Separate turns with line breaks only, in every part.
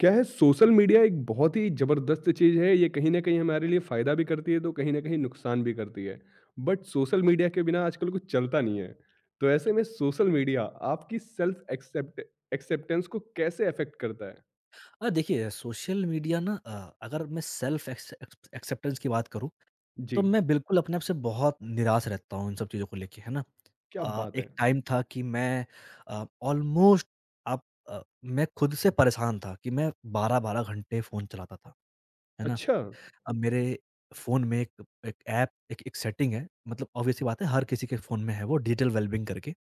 क्या है social media एक बहुत ही ज़बरदस्त चीज़ है, ये कहीं न कहीं हमारे लिए फ़ायदा भी करती है, तो कहीं न कहीं नुकसान भी करती है। बट सोशल मीडिया के बिना आजकल कुछ चलता नहीं है। तो ऐसे में सोशल मीडिया आपकी सेल्फ एक्सेप्टेंस को कैसे अफ़ेक्ट करता है?
देखिए सोशल मीडिया ना अगर मैं सेल्फ एक्स एक्स एक्सेप्टेंस की बात करूँ, तो
जी,
मैं बिल्कुल अपने आप से बहुत निराश रहता हूँ इन सब चीज़ों को लेके, है ना?
क्या बात है!
एक टाइम था कि मैं अ, ऑलमोस्ट आप मैं खुद से परेशान था कि मैं 12-12 घंटे फ़ोन चलाता था, है ना?
अच्छा।
अब मेरे फ़ोन में एक एक ऐप एक एक सेटिंग है, मतलब ऑब्वियस सी बात है हर किसी के फ़ोन में है वो डिजिटल वेलबीइंग करके,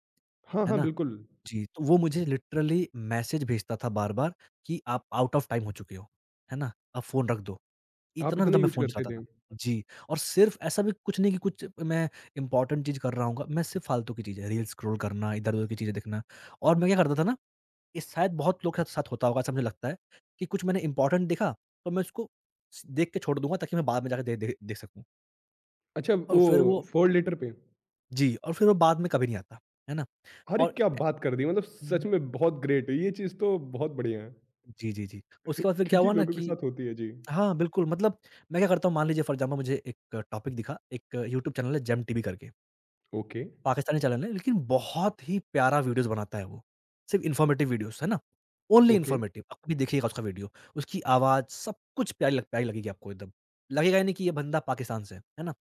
हाँ,
है
हाँ,
ना?
बिल्कुल।
जी, तो वो मुझे लिटरली मैसेज भेजता था बार-बार कि आप आउट ऑफ टाइम हो चुके हो, है ना? अब फ़ोन रख दो।
आप
इतना
इतना
ज़्यादा मैं
यूज़
फ़ोन
करते
चलाता
थे।
था। जी, और सिर्फ़ ऐसा भी कुछ नहीं कि कुछ मैं इम्पोर्टेंट चीज़ कर रहा हूँगा, मैं सिर्फ़ फ़ालतू की चीज़ें, रील्स स्क्रॉल करना, इधर-उधर की चीज़ें देखना और मैं क्या करता था ना, ये शायद बहुत लोग के साथ होता होगा ऐसा मुझे लगता है कि कुछ मैंने इम्पोर्टेंट देखा तो मैं उसको स देख के छोड़ दूँगा ताकि मैं बाद में जाके दे दे देख सकूँ
अच्छा
और
वो
फिर वो
4 लीटर पे?
जी, और फिर वो बाद में कभी नहीं आता, है ना?
अरे
और
क्या बात कर दी! मतलब सच में बहुत ग्रेट ये चीज़ तो बहुत बढ़िया है।
जी, जी, जी। उसके बाद फिर क्या
क्योंकि
हुआ ना
लोगों के
कि
साथ होती है। जी।
हाँ, बिल्कुल मतलब मैं क्या करता हूँ मान लीजिए फ़ॉर एग्ज़ाम्पल मुझे एक टॉपिक दिखा, एक यूट्यूब चैनल है जेम टीवी करके।
ओके,
पाकिस्तानी चैनल है, लेकिन बहुत ही प्यारा वीडियोज़ बनाता है वो। सिर्फ़ इन्फॉर्मेटिव वीडियोज़, है ना? Only
okay.
इन्फॉर्मेटिव। आप कभी देखिएगा उसका वीडियो। उसकी आवाज़ सब कुछ प्यारी लगेगी आपको एकदम। लगेगा ही नहीं कि ये बंदा पाकिस्तान से है ना?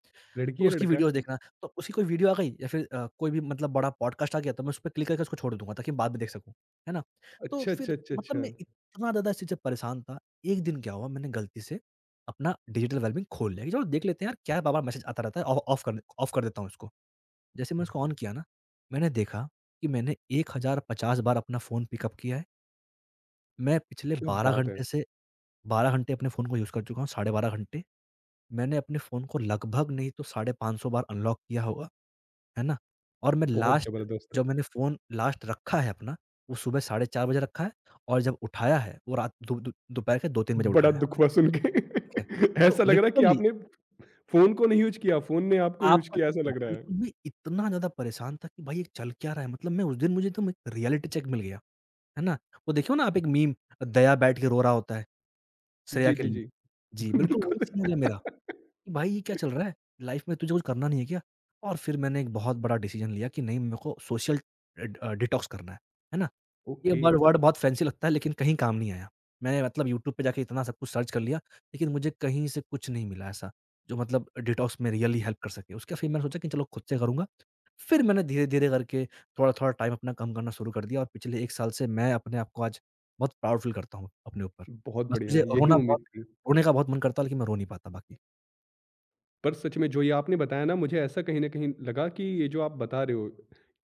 तो
लड़की है
उसकी
लड़का
वीडियोज़
है?
देखना। तो उसकी कोई वीडियो आ गई या फिर कोई भी मतलब बड़ा पॉडकास्ट आ गया तो मैं उस पे क्लिक करके उसको छोड़ दूँगा ताकि बाद में देख सकूँ, है ना? तो
अच्छा, अच्छा,
फिर
अच्छा,
मतलब
अच्छा।
मैं इतना ज़्यादा इस चीज़ से परेशान था। एक दिन क्या हुआ मैंने गलती से अपना डिजिटल वेलबींग खोल लिया कि चलो देख लेते हैं यार क्या बार-बार मैसेज आता रहता है ऑ ऑफ कर देता हूँ इसको। जैसे मैंने उसको ऑन किया ना, मैंने देखा कि मैंने 1050 बार अपना फ़ोन पिकअप किया है। मैं पिछले
क्या
12
बात है!
घंटे से 12 घंटे अपने फ़ोन को यूज़ कर चुका हूँ, साढ़े 12 घंटे। मैंने अपने फ़ोन को लगभग नहीं तो साढ़े 500 बार अनलॉक किया होगा, है ना? और मैं
बहुत
लास्ट
ज़बरदस्त।
जब मैंने फ़ोन लास्ट रखा है अपना, वो सुबह साढ़े 4 बजे रखा है और जब उठाया है, वो रात दो दो दोपहर के 2-3 बजे
बड़ा
उठाया है,
दुःख हुआ सुन के।
ठीक है? तो
ऐसा लग रहा है कि
लिटरली
आपने फ़ोन को नहीं यूज़ किया, फ़ोन ने आपको यूज़
आपको
किया ऐसा लग रहा है।
बिल्कुल मैं इतना ज़्यादा परेशान था कि भाई ये चल क्या रहा है? मतलब मैं उस दिन मुझे एकदम एक रियलिटी चेक मिल गया। है ना? वो देखिए ना आप एक मीम दया बैठ के रो रहा होता है, श्रेया
जी,
के
जी,
लिए।
जी।
जी, बिल्कुल
बिल्कुल।
वही सीन हो गया मेरा कि भाई ये क्या चल रहा है? लाइफ़ में तुझे कुछ करना नहीं है क्या? और फिर मैंने एक बहुत बड़ा डिसीज़न लिया कि नहीं मेरे को सोशल अ, ड डिटॉक्स करना है ना? ये
ओके,
वर वर्ड बहुत फैंसी लगता है लेकिन कहीं काम नहीं आया। मैंने मतलब यूट्यूब पे जाके इतना सब कुछ सर्च कर लिया, लेकिन मुझे कहीं से कुछ नहीं मिला ऐसा, जो मतलब डिटॉक्स में रियली हेल्प कर सके। उसके फिर मैंने सोचा कि चलो खुद से करूँगा। फिर मैंने धीरे-धीरे करके थोड़ा-थोड़ा टाइम अपना कम करना शुरू कर दिया और पिछले 1 साल से मैं अपने आप को आज बहुत प्राउड फील करता हूँ अपने ऊपर।
बहुत
बस मुझे
बढ़िया, यही
रोना बहुत
उम्मीद थी।
रोने का बहुत मन करता है लेकिन मैं रो नहीं पाता बाकी।
पर सच में जो ये आपने बताया ना मुझे ऐसा कहीं न कहीं लगा कि ये जो आप बता रहे हो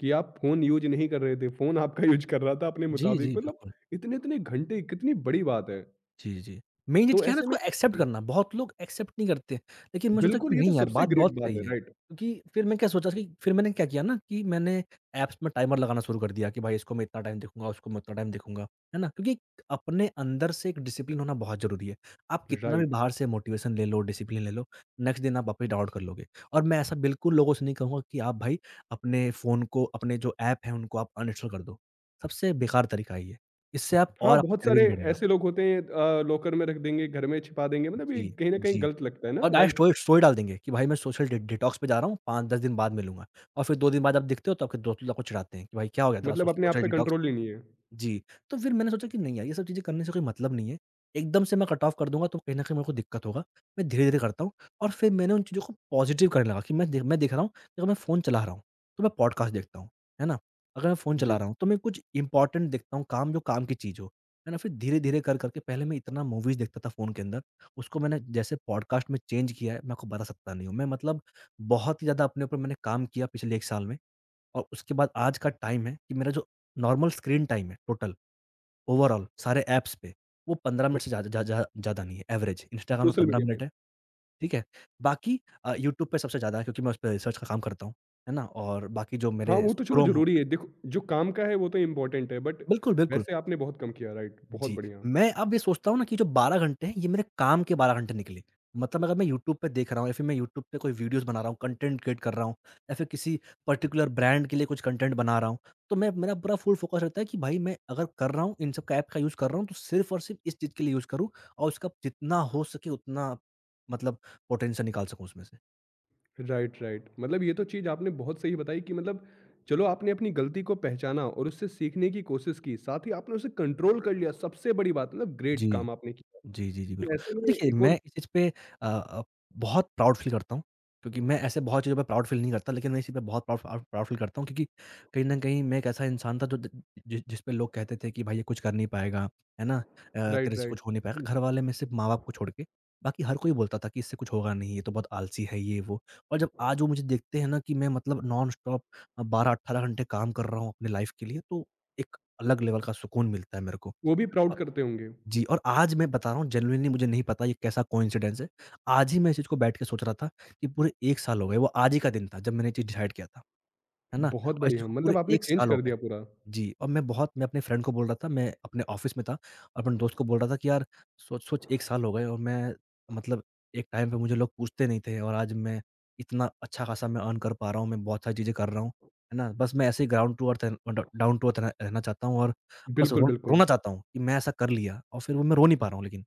कि आप फ़ोन यूज़ नहीं कर रहे थे, फ़ोन आपका यूज़ कर रहा था अपने
जी, जी,
मुताबिक मतलब
बिल्कुल।
इतने-इतने घंटे कितनी बड़ी बात है।
जी, जी। मेन चीज़
तो
क्या है ना
ऐसे
उसको
में
एक्सेप्ट करना, बहुत लोग एक्सेप्ट नहीं करते। लेकिन मैं सोचा
बिल्कुल,
कि
ये तो
नहीं यार
सबसे
बात बहुत
ग्रेट बात
सही
है,
है।
राइट।
क्योंकि फिर मैं क्या सोचा कि फिर मैंने क्या किया ना कि मैंने ऐप्स में टाइमर लगाना शुरू कर दिया कि भाई इसको मैं इतना टाइम देखूँगा, उसको मैं उतना टाइम देखूँगा, है ना? क्योंकि अपने अंदर से एक डिसिप्लिन होना बहुत ज़रूरी है। आप कितना भी
राइट।
बाहर से मोटिवेशन ले लो, डिसिप्लिन ले लो, नेक्स्ट दिन आप वापस डाउन कर लोगे। और मैं ऐसा बिल्कुल लोगों से नहीं कहूँगा कि आप भाई अपने फ़ोन को, अपने जो ऐप हैं उनको आप अनइंस्टॉल कर दो। सबसे बेकार तरीका है ये। इससे आप
हाँ,
और आपका
बहुत सारे
क्रेविंग बढ़ेगा।
ऐसे लोग होते हैं लॉकर में रख देंगे, घर में छिपा देंगे मतलब ये
जी,
कहीं न कहीं
जी।
गलत लगता है ना,
और डायरेक्ट
राइट?
स्टोरी स्टोरी डाल देंगे कि भाई मैं सोशल डि डिटॉक्स पे जा रहा हूँ, 5-10 दिन बाद मिलूँगा और फिर 2 दिन बाद आप दिखते हो तो आपके दोस्त लोग आपको चिढ़ाते हैं कि भाई क्या हो गया तेरा
मतलब अपने आप
सोशल
पे
डिटॉक्स?
कंट्रोल ही नहीं है।
जी, तो फिर मैंने सोचा कि नहीं यार, ये सब चीज़ें करने से कोई मतलब नहीं है। एकदम से मैं कट ऑफ कर दूँगा तो कहीं न कहीं मेरे को दिक्कत होगा। मैं धीरे-धीरे करता हूँ और फिर मैंने उन चीज़ों को पॉज़िटिव करने लगा कि मैं देख रहा हूँ, कि अगर मैं फ़ोन चला रहा हूँ, तो मैं पॉडकास्ट देखता हूँ, है ना? अगर मैं फ़ोन चला
जी,
रहा हूँ, तो मैं कुछ इम्पोर्टेंट देखता हूँ काम जो काम की चीज़ हो, है ना? फिर धीरे-धीरे कर करके पहले मैं इतना मूवीज़ देखता था फ़ोन के अंदर, उसको मैंने जैसे पॉडकास्ट में चेंज किया है, मैं आपको बता सकता नहीं हूँ। मैं मतलब बहुत ही ज़्यादा अपने ऊपर मैंने काम किया पिछले 1 साल में और उसके बाद आज का टाइम है कि मेरा जो नॉर्मल स्क्रीन टाइम है टोटल ओवरऑल सारे ऐप्स पे वो 15
वो
मिनट से ज़्यादा ज़्या ज़्या ज़्यादा नहीं है, एवरेज। इंस्टाग्राम पे
सोशल
15
मीडिया
मिनट
पे।
है, ठीक है? बाकी यूट्यूब पे सबसे ज़्यादा है क्योंकि मैं उस पे रिसर्च का काम करता हूँ, है ना? और बाकी जो
हाँ,
मेरे
वो तो चलो
क्रोम हो
ज़रूरी है, देखो जो काम का है वो तो इम्पोर्टेंट है बट
बिल्कुल, बिल्कुल।
वैसे आपने बहुत कम किया, राइट? बहुत
जी,
बढ़िया।
मैं अब ये सोचता हूँ ना कि जो 12 घंटे हैं, ये मेरे काम के 12 घंटे निकले। मतलब अगर मैं यूट्यूब पे देख रहा हूँ या फिर मैं यूट्यूब पे कोई वीडियोज़ बना रहा हूँ, कंटेंट क्रिएट कर रहा हूँ या फिर किसी पर्टिकुलर ब्रांड के लिए कुछ कंटेंट बना रहा हूँ, तो मैं मेरा पूरा फुल फोकस रहता है कि भाई मैं अगर कर रहा हूँ, इन सब का ऐप का यूज़ कर रहा हूँ, तो सिर्फ़ और सिर्फ़ इस चीज़ के लिए यूज़ करूँ और उसका जितना हो सके उतना मतलब पोटेंशियल निकाल सकूँ उसमें से।
Right, right. मतलब ये तो चीज़ आपने बहुत सही बताई कि मतलब चलो आपने अपनी गलती को पहचाना और उससे सीखने की कोशिश की, साथ ही आपने उसे कंट्रोल कर लिया, सबसे बड़ी बात मतलब
जी।
ग्रेट काम आपने किया।
जी, जी, जी,
तो
बिल्कुल।
ऐसे में
देखिए,
एक
मैं
और
इस चीज़ पे अ अ, बहुत प्राउड फ़ील करता हूँ, क्योंकि मैं ऐसे बहुत चीज़ों पे प्राउड फ़ील नहीं करता, लेकिन मैं इसी पे बहुत प्राउड प्राउड प्राउड फ़ील करता हूँ क्योंकि कहीं न कहीं मैं एक ऐसा इंसान था जो ज जि जिस पे लोग कहते थे कि भाई ये कुछ कर नहीं पाएगा, है ना? तेरे
राइट,
से
राइट।
कुछ हो नहीं पाएगा। घरवाले में सिर्फ़ माँ-बाप को छोड़ के, बाकी हर कोई बोलता था कि इससे कुछ होगा नहीं, ये तो बहुत आलसी है, ये वो। और जब आज वो मुझे देखते हैं ना कि मैं मतलब नॉन-स्टॉप 12-18 घंटे काम कर रहा हूँ अपनी लाइफ़ के लिए, तो एक अलग लेवल का सुकून मिलता है मेरे को।
वो भी प्राउड करते होंगे।
जी, और आज मैं बता रहा हूँ जेनुइनली मुझे नहीं पता ये कैसा कोइंसिडेंस है। आज ही मैं इस चीज़ को बैठ के सोच रहा था कि पूरे 1 साल हो गए, वो आज ही का दिन था जब मैंने ये चीज़ डिसाइड किया था। है ना?
बहुत
और इस चीज़
बढ़िया,
को पूरे
मतलब आपने
1
चेंज
साल हो
कर
गए।
दिया पूरा।
जी, और मैं अपने फ्रेंड को बोल रहा था, मैं अपने ऑफ़िस में था और अपने दोस्त को बोल रहा था कि यार सोच-सोच 1 साल हो गए और मैं मतलब एक टाइम पे मुझे लोग पूछते नहीं थे और आज मैं इतना अच्छा खासा मैं अर्न कर पा रहा हूँ, मैं बहुत सारी चीज़ें कर रहा हूँ, है ना? बस मैं ऐसे ही ग्राउंड टू अर्थ अ, ड डाउन टू अर्थ रह रहना चाहता हूँ और बस
बिल्कुल,
रो
बिल्कुल।
रोना चाहता हूँ कि मैं ऐसा कर लिया और फिर वो मैं रो नहीं पा रहा हूँ लेकिन।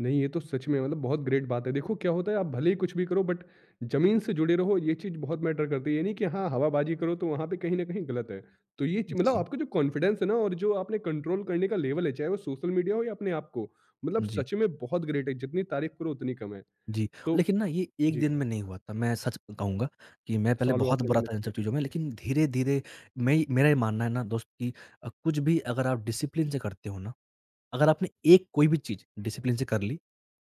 नहीं, ये तो सच में मतलब बहुत ग्रेट बात है। देखो क्या होता है आप भले ही कुछ भी करो बट ज़मीन से जुड़े रहो ये चीज़ बहुत मैटर करती है। ये नहीं कि हाँ, हवाबाजी करो तो वहाँ पे कहीं न कहीं गलत है। तो ये ची मतलब
जी।
आपका जो कॉन्फिडेंस है ना और जो आपने कंट्रोल करने का लेवल है, चाहे वो सोशल मीडिया हो या अपने आप को, मतलब
जी।
सच में बहुत ग्रेट है। जितनी तारीफ़ करो उतनी कम है।
जी,
तो
लेकिन ना ये एक
जी,
दिन में नहीं हुआ था। मैं सच कहूँगा कि मैं पहले
सालों
बहुत
आपने
बुरा था
मेहनत
इन सब
की।
चीज़ों में, लेकिन धीरे-धीरे मैं मेरा ये मानना है ना दोस्त कि कुछ भी अगर आप डिसिप्लिन से करते हो ना, अगर आपने एक कोई भी चीज़ डिसिप्लिन से कर ली,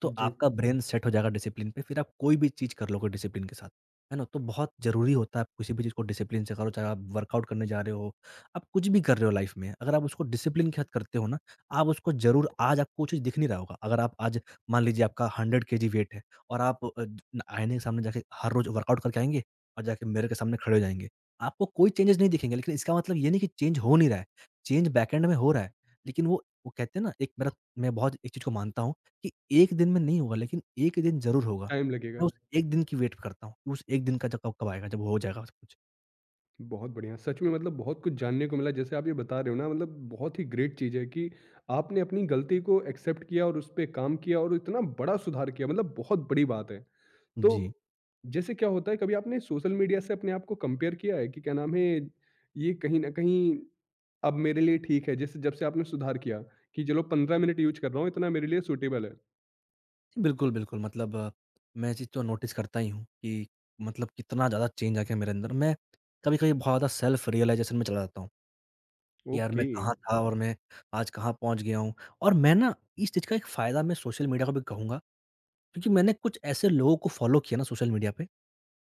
तो
जी,
आपका ब्रेन सेट हो जाएगा डिसिप्लिन पे, फिर आप कोई भी चीज़ कर लोगे डिसिप्लिन के साथ। है ना? तो बहुत ज़रूरी होता है आप किसी भी चीज़ को डिसिप्लिन से करो, चाहे आप वर्कआउट करने जा रहे हो, आप कुछ भी कर रहे हो लाइफ़ में, अगर आप उसको डिसिप्लिन के साथ करते हो ना, आप उसको ज़रूर आज आपको वो चीज़ दिख नहीं रहा होगा। अगर आप आज मान लीजिए आपका 100 केजी वेट है और आप न आईने के सामने जाके हर रोज़ वर्कआउट करके आएँगे और जाके मिरर के सामने खड़े हो जाएँगे। आपको कोई चेंजेज़ नहीं दिखेंगे, लेकिन इसका मतलब ये नहीं कि चेंज हो नहीं रहा है, चेंज बैकएंड में हो रहा है। लेकिन वो कहते हैं ना, एक मेरा मैं बहुत एक चीज़ को मानता हूँ कि एक दिन में नहीं होगा लेकिन एक दिन ज़रूर होगा।
टाइम
मैं
लगेगा।
उस एक दिन की वेट करता हूँ, उस एक दिन का जब कब कब आएगा, जब हो जाएगा सब कुछ।
बहुत बढ़िया। सच में मतलब बहुत कुछ जानने को मिला जैसे आप ये बता रहे हो ना मतलब बहुत ही ग्रेट चीज़ है कि आपने अपनी गलती को एक्सेप्ट किया और उस पे काम किया और इतना बड़ा सुधार किया मतलब बहुत बड़ी बात है।
जी।
तो जैसे क्या होता है कभी आपने सोशल मीडिया से अपने आप को कंपेयर किया है कि क्या नाम है ये कहीं न कहीं अब मेरे लिए ठीक है जैसे जब से आपने सुधार किया कि चलो 15 मिनट यूज़ कर रहा हूँ इतना मेरे लिए सूटेबल है।
बिल्कुल, बिल्कुल मतलब मैं ये चीज़ तो नोटिस करता ही हूँ कि मतलब कितना ज़्यादा चेंज आ गया मेरे अंदर। मैं कभी-कभी बहुत ज़्यादा सेल्फ रियलाइज़ेशन में चला जाता हूँ कि यार मैं
ओके,
कहाँ था और मैं आज कहाँ पहुँच गया हूँ। और मैं ना इस चीज़ का एक फ़ायदा मैं सोशल मीडिया को भी कहूँगा क्योंकि मैंने कुछ ऐसे लोगों को फ़ॉलो किया ना सोशल मीडिया पे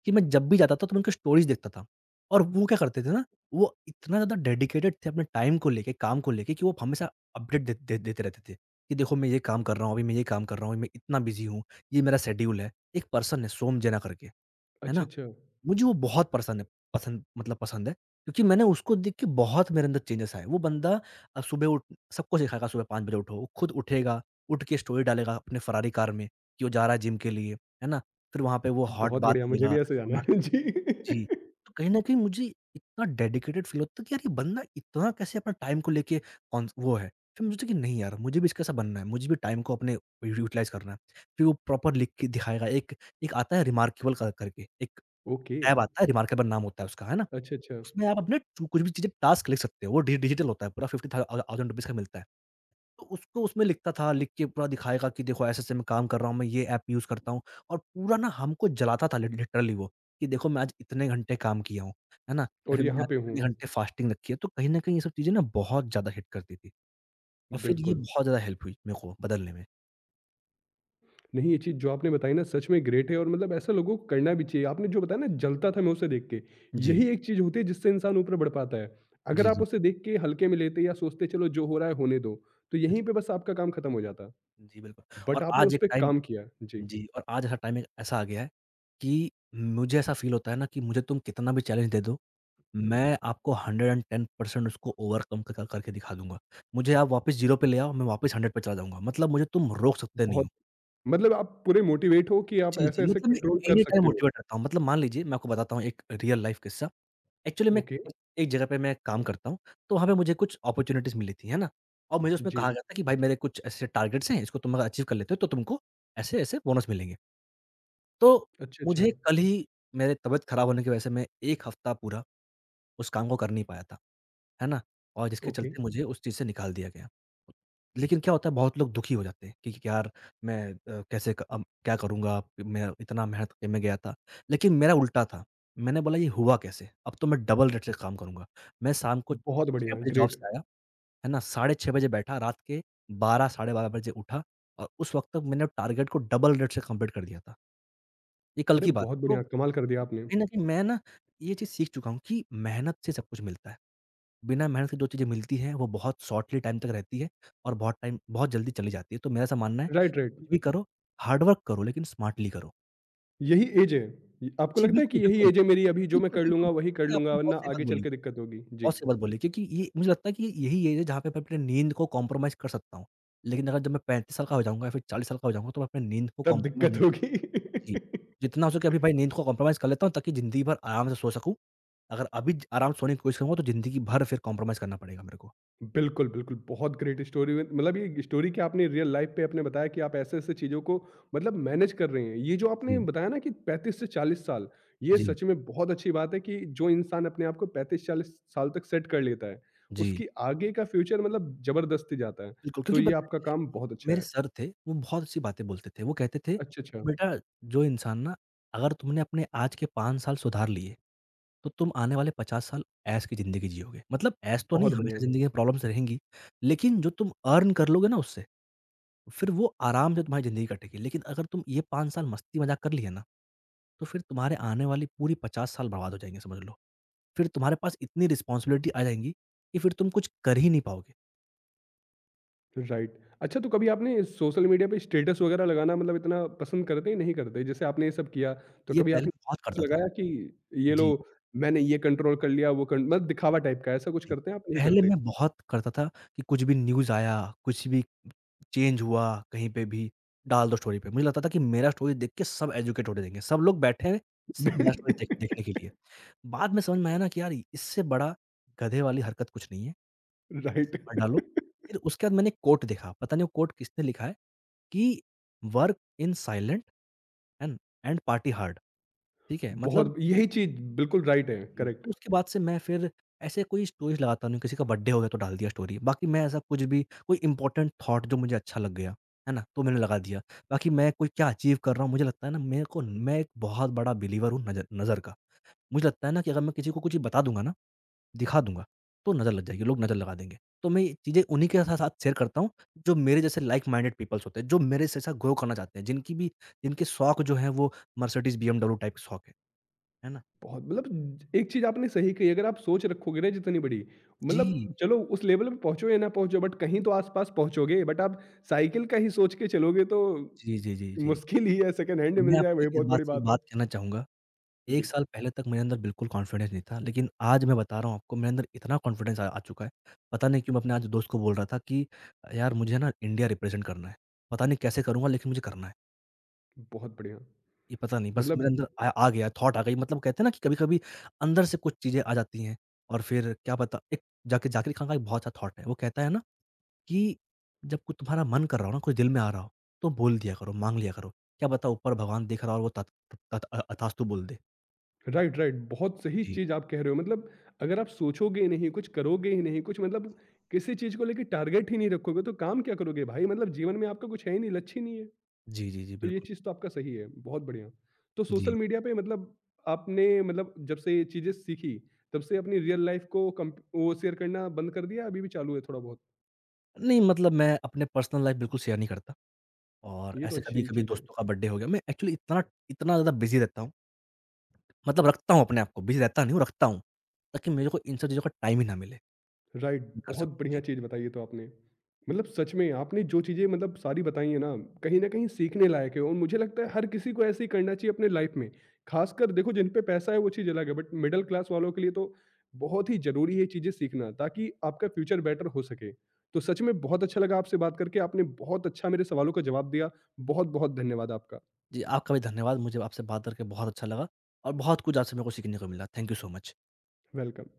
कि मैं जब भी जाता था तो मैं उनकी स्टोरीज़ देखता था। और वो क्या करते थे ना, वो इतना ज़्यादा डेडिकेटेड थे अपने टाइम को लेके, काम को लेके कि वो हमेशा अपडेट दे दे देते रहते थे कि देखो मैं ये काम कर रहा हूँ, अभी मैं ये काम कर रहा हूँ, मैं इतना बिज़ी हूँ, ये मेरा शेड्यूल है। एक पर्सन है सोम जेना करके, है
अच्छा,
ना?
अच्छा।
मुझे वो बहुत पसंद है पसंद मतलब पसंद है क्योंकि मैंने उसको देख के बहुत मेरे अंदर चेंजेस आए। वो बंदा सुबह उठ सबको सिखाएगा सुबह 5 बजे उठो, वो खुद उठेगा, उठ के स्टोरी डालेगा अपने फ़ेरारी कार में कि वो जा रहा है जिम के लिए, है ना? फिर वहाँ पे वो हॉट
बहुत
बाथ
बढ़िया मुझे
लेगा।
भी ऐसे जाना है। जी।
जी, तो कहीं न कहीं मुझे इतना डेडिकेटेड फ़ील होता है कि यार ये बंदा इतना कैसे अपना टाइम को लेके कॉन्स वो है। फिर मुझे कि नहीं यार मुझे भी इसके जैसा बनना है, मुझे भी टाइम को अपने यू यूटिलाइज़ करना है। फिर वो प्रॉपर लिख के दिखाएगा एक एक आता है रिमार्केबल का करके, एक
ओके,
टैब आता है रिमार्केबल नाम होता है उसका, है ना?
अच्छा, अच्छा
उसमें आप अपने जो कुछ भी चीज़ें टास्क लिख सकते हो, वो डि डिजिटल होता है पूरा 50 था थाउज़ेंड रुपीज़ का मिलता है। तो उसको उसमें लिखता था, लिख के पूरा दिखाएगा कि देखो ऐसे-ऐसे मैं काम कर रहा हूँ, मैं ये ऐप यूज़ करता हूँ और पूरा ना हमको जलाता था लिटरली वो, कि देखो मैं आज इतने घंटे काम किया हूँ, है ना? या
और
फिर मैंने
यहाँ
आज
पे हूँ।
इतने घंटे फास्टिंग रखी है, तो कहीं न कहीं ये सब चीज़ें ना बहुत ज़्यादा हिट करती थी और फिर ये
बिल्कुल।
बहुत ज़्यादा हेल्प हुई मेरे को बदलने में।
नहीं, ये चीज़ जो आपने बताई ना सच में ग्रेट है और मतलब ऐसा लोगों को करना भी चाहिए। आपने जो बताया ना जलता था मैं उसे देख के,
जी।
यही एक चीज़ होती है जिससे इंसान ऊपर बढ़ पाता है। अगर
जी,
आप
जी।
उसे देख के हल्के में लेते या सोचते चलो जो हो रहा है होने दो, तो
जी।
यहीं पे बस आपका काम खत्म हो जाता।
जी, बिल्कुल और
बट आपने
आज
उस
एक
पे
टाइम
काम किया। जी,
जी और आज ऐसा टाइम एक ऐसा आ गया है कि मुझे ऐसा फ़ील होता है ना कि मुझे तुम कितना भी चैलेंज दे दो, मैं आपको 110% उसको ओवरकम क करके दिखा दूँगा। मुझे आप वापस 0 पे ले आओ, मैं वापस 100 पे चला जाऊँगा। मतलब मुझे तुम रोक सकते नहीं
बहुत
हो।
मतलब आप पूरे मोटिवेट हो कि आप
जी, जी,
ऐसे-ऐसे
मतलब मैं
कंट्रोल कर
एनी टाइम
सकते हो।
मोटिवेट रहता हूँ। मतलब मान लीजिए मैं आपको बताता हूँ एक रियल लाइफ़ किस्सा। एक्चुअली मैं
ओके,
एक एक जगह पे मैं काम करता हूँ, तो वहाँ पे मुझे कुछ अपॉर्च्युनिटीज़ मिली थी, है ना? और मुझे उसमें
जी।
कहा गया था कि भाई मेरे कुछ ऐसे टारगेट्स हैं, इसको तुम अगर अचीव कर लेते हो तो तुमको ऐसे-ऐसे बोनस मिलेंगे। तो
अच्छा, अच्छा।
मुझे कल ही मेरे तबीयत खराब होने की वजह से मैं 1 हफ़्ता पूरा उस काम को कर नहीं पाया था। है ना? और जिसके
ओके,
चलते मुझे उस चीज़ से निकाल दिया गया। लेकिन क्या होता है बहुत लोग दुखी हो जाते हैं कि यार मैं कैसे क अब क्या करूँगा? मैं इतना मेहनत करके मैं गया था। लेकिन मेरा उल्टा था। मैंने बोला ये हुआ कैसे? अब तो मैं डबल रेट से काम करूँगा। मैं शाम को
बहुत
6
बढ़िया,
बजे जॉब
ग्रेट।
से आया, है ना? साढ़े 6 बजे बैठा, रात के 12 साढ़े 12 बजे उठा और उस वक़्त तक मैंने टारगेट को डबल रेट से कंप्लीट कर दिया था। ये कल
अरे
की बात
बहुत
है। तो
बढ़िया, कमाल कर दिया आपने।
कहीं न कहीं मैं ना ये चीज़ सीख चुका हूँ कि मेहनत से सब कुछ मिलता है। बिना मेहनत के जो चीज़ें मिलती हैं, वो बहुत शॉर्टली टाइम तक रहती है और बहुत टाइम बहुत जल्दी चली जाती है। तो मेरा ऐसा मानना है
राइट,
कि कुछ
राइट।
भी करो, हार्ड वर्क करो लेकिन स्मार्टली करो।
यही एज है। य आपको
जी,
लगता है कि
बिल्कुल,
यही
बिल्कुल,
एज है मेरी अभी जो मैं
बिल्कुल,
कर
बिल्कुल।
लूँगा वही कर
ये
लूँगा
आपने बहुत
वरना
सही बात
आगे चल
बोली,
के दिक्कत होगी? जी,
बहुत सही बात बोली क्योंकि ये मुझे लगता है कि यही एज है जहाँ पे मैं अपनी नींद को कॉम्प्रोमाइज़ कर सकता हूँ। लेकिन अगर जब मैं 35 साल का हो जाऊँगा या फिर 40 साल का हो जाऊँगा तो मैं अपनी नींद को
तब
कॉम्प्रोमाइज़
दिक्कत
नहीं कर
होगी।
सकता। जी, जितना हो सके अभी भाई नींद को कॉम्प्रोमाइज़ कर लेता हूँ ताकि ज़िंदगी भर आराम से सो सकूँ। अगर अभी ज आराम से सोने की कोशिश करूँगा तो ज़िंदगी भर फिर कॉम्प्रोमाइज़ करना पड़ेगा मेरे को।
बिल्कुल, बिल्कुल बहुत ग्रेट स्टोरी है मतलब ये स्टोरी क्या आपने रियल लाइफ़ पे आपने बताया कि आप ऐसे-ऐसे चीज़ों को मतलब मैनेज कर रहे हैं। ये जो आपने
जी,
बताया ना कि 35 से 40 साल, ये
जी,
सच में बहुत अच्छी बात है कि जो इंसान अपने आप को 35-40 साल तक सेट कर लेता है,
जी।
उसकी आगे का फ्यूचर मतलब ज़बरदस्ती जाता है।
बिल्कुल,
तो
क्योंकि
ये
पता है
आपका काम
एक
बहुत अच्छा
मेरे
है।
सर थे, वो बहुत अच्छी बातें बोलते थे। वो कहते थे
अच्छा,
कि
अच्छा।
बेटा जो इंसान ना अगर तुमने अपने आज के 5 साल सुधार लिए, तो तुम आने वाले 50 साल ऐश की ज़िंदगी जियोगे। मतलब ऐश तो नहीं,
बहुत
हमेशा
बढ़िया।
ज़िंदगी में प्रॉब्लम्स रहेंगी, लेकिन जो तुम अर्न कर लोगे ना उससे, फिर वो आराम से तुम्हारी ज़िंदगी कटेगी। लेकिन अगर तुम ये 5 साल मस्ती मज़ाक कर लिए ना, तो फिर तुम्हारे आने वाली पूरी 50 साल बर्बाद हो जाएँगे समझ लो। फिर तुम्हारे पास इतनी रिस्पॉन्सिबिलिटी आ जाएँगी कि फिर तुम कुछ कर ही नहीं पाओगे।
राइट। अच्छा तो कभी आपने सोशल मीडिया पे स्टेटस वगैरह लगाना मतलब इतना पसंद करते हैं, नहीं करते? जैसे आपने ये सब किया, तो
ये
कभी
पहले
आपने
बहुत
स्टेटस
करता था।
लगाया कि ये लो
जी।
मैंने ये कंट्रोल कर लिया, वो कन मतलब दिखावा टाइप का ऐसा कुछ
जी।
करते हैं आप? नहीं
पहले
करते।
मैं बहुत करता था कि कुछ भी न्यूज़ आया, कुछ भी चेंज हुआ कहीं पे भी, डाल दो स्टोरी पे। मुझे लगता था कि मेरा स्टोरी देख के सब एजुकेट होने देंगे। सब लोग बैठे हैं सिर्फ़ मेरा स्टोरी देखने के लिए। बाद में समझ में आया ना कि यार इससे बड़ा गधे वाली हरकत कुछ नहीं है, इसे
राइट।
मत डालो। फिर उसके बाद मैंने कोट देखा, पता नहीं वो कोट किसने लिखा है कि work in silent and and party hard, ठीक है? मतलब
बहुत यही चीज़ बिल्कुल राइट है, करेक्ट।
तो उसके बाद से मैं फिर ऐसे कोई स्टोरीज़ लगाता नहीं हूँ, किसी का बर्थडे हो गया तो डाल दिया स्टोरी। बाकी मैं ऐसा कुछ भी कोई इम्पोर्टेंट थॉट जो मुझे अच्छा लग गया, है ना? तो मैंने लगा दिया। बाकी मैं कोई क्या अचीव कर रहा हूँ मुझे लगता है ना मेरे को मैं एक बहुत बड़ा बिलीवर हूँ नज़र नज़र का। मुझे लगता है ना कि अगर मैं किसी को कुछ बता दूँगा ना, दिखा दूँगा, तो नज़र लग जाएगी, लोग नज़र लगा देंगे। तो मैं ये चीज़ें उन्हीं के सा साथ शेयर करता हूँ, जो मेरे जैसे लाइक माइंडेड पीपल्स होते हैं, जो मेरे जैसा ग्रो करना चाहते हैं, जिनकी भी जिनके शौक जो हैं वो मर्सिडीज़, बीएमडब्ल्यू टाइप के शौक है ना?
बहुत मतलब एक चीज़ आपने सही कही अगर आप सोच रखोगे ना जितनी बड़ी,
जी।
मतलब चलो उस लेवल पे पहुँचो या ना पहुँचो बट कहीं तो आस-पास पहुँचोगे बट आप साइकिल का ही सोच के चलोगे तो
जी, जी, जी, जी।
मुश्किल ही है सेकंड हैंड
मैं
मिल जाए
आपको
वही
इस
बहुत
बात
बड़ी
से एक
बात है।
बात कहना चाहूँगा, 1
जी,
साल पहले तक मेरे अंदर बिल्कुल कॉन्फिडेंस नहीं था, लेकिन आज मैं बता रहा हूँ आपको मेरे अंदर इतना कॉन्फिडेंस आ आ चुका है, पता नहीं क्यों मैं अपने आज दोस्त को बोल रहा था कि यार मुझे ना इंडिया रिप्रेज़ेंट करना है। पता नहीं कैसे करूँगा लेकिन मुझे करना है,
बहुत बढ़िया।
ये पता नहीं बस मेरे
मतलब
अंदर आ आ गया थॉट आ गई मतलब कहते हैं ना कि कभी-कभी अंदर से कुछ चीज़ें आ जाती हैं और फिर क्या पता एक जाकिर जाकिर खान का एक बहुत अच्छा थॉट है, वो कहता है ना कि जब कुछ तुम्हारा मन कर रहा हो ना, कुछ दिल में आ रहा हो, तो बोल दिया करो, माँग लिया करो, क्या पता ऊपर भगवान देख रहा हो और वो तत तत अ, तथास्तु बोल दे।
राइट, राइट बहुत सही
जी।
चीज़ आप कह रहे हो मतलब अगर आप सोचोगे ही नहीं, कुछ करोगे ही नहीं, कुछ मतलब किसी चीज़ को लेके टारगेट ही नहीं रखोगे तो काम क्या करोगे भाई? मतलब जीवन में आपका कुछ है ही नहीं, लक्ष्य ही नहीं है।
जी, जी, जी,
तो ये
बिल्कुल।
चीज़ तो आपका सही है, बहुत बढ़िया। तो
जी।
सोशल मीडिया पे मतलब आपने मतलब जब से ये चीज़ें सीखी, तब से अपनी रियल लाइफ़ को कम्प वो शेयर करना बंद कर दिया, अभी भी चालू है थोड़ा बहुत?
नहीं मतलब मैं अपने पर्सनल लाइफ़ बिल्कुल शेयर नहीं करता और
ये तो
ऐसे
अच्छी
कभी-कभी
चीज़ है।
दोस्तों का बर्थडे हो गया, मैं एक्चुअली इतना इतना ज़्यादा बिज़ी रहता हूँ, मतलब रखता हूँ अपने आप को, बिज़ी रहता नहीं हूँ, रखता हूँ, ताकि मेरे को इन सब चीज़ों का टाइम ही ना मिले,
राइट
कर
बहुत
सकूँ।
बढ़िया
जी।
चीज़ बताई है तो आपने। मतलब सच में आपने जो चीज़ें मतलब सारी बताई हैं ना, कहीं न कहीं सीखने लायक है और मुझे लगता है हर किसी को ऐसे ही करना चाहिए अपने लाइफ़ में। ख़ासकर देखो जिन पे पैसा है वो चीज़ अलग है बट मिडल क्लास वालों के लिए तो बहुत ही ज़रूरी है ये चीज़ें सीखना ताकि आपका फ्यूचर बेटर हो सके। तो सच में बहुत अच्छा लगा आपसे बात करके, आपने बहुत अच्छा मेरे सवालों का जवाब दिया। बहुत-बहुत धन्यवाद आपका।
जी, आपका भी धन्यवाद, मुझे आपसे बात करके बहुत अच्छा लगा और बहुत कुछ आपसे मेरे को सीखने को मिला। Thank you so much.
Welcome.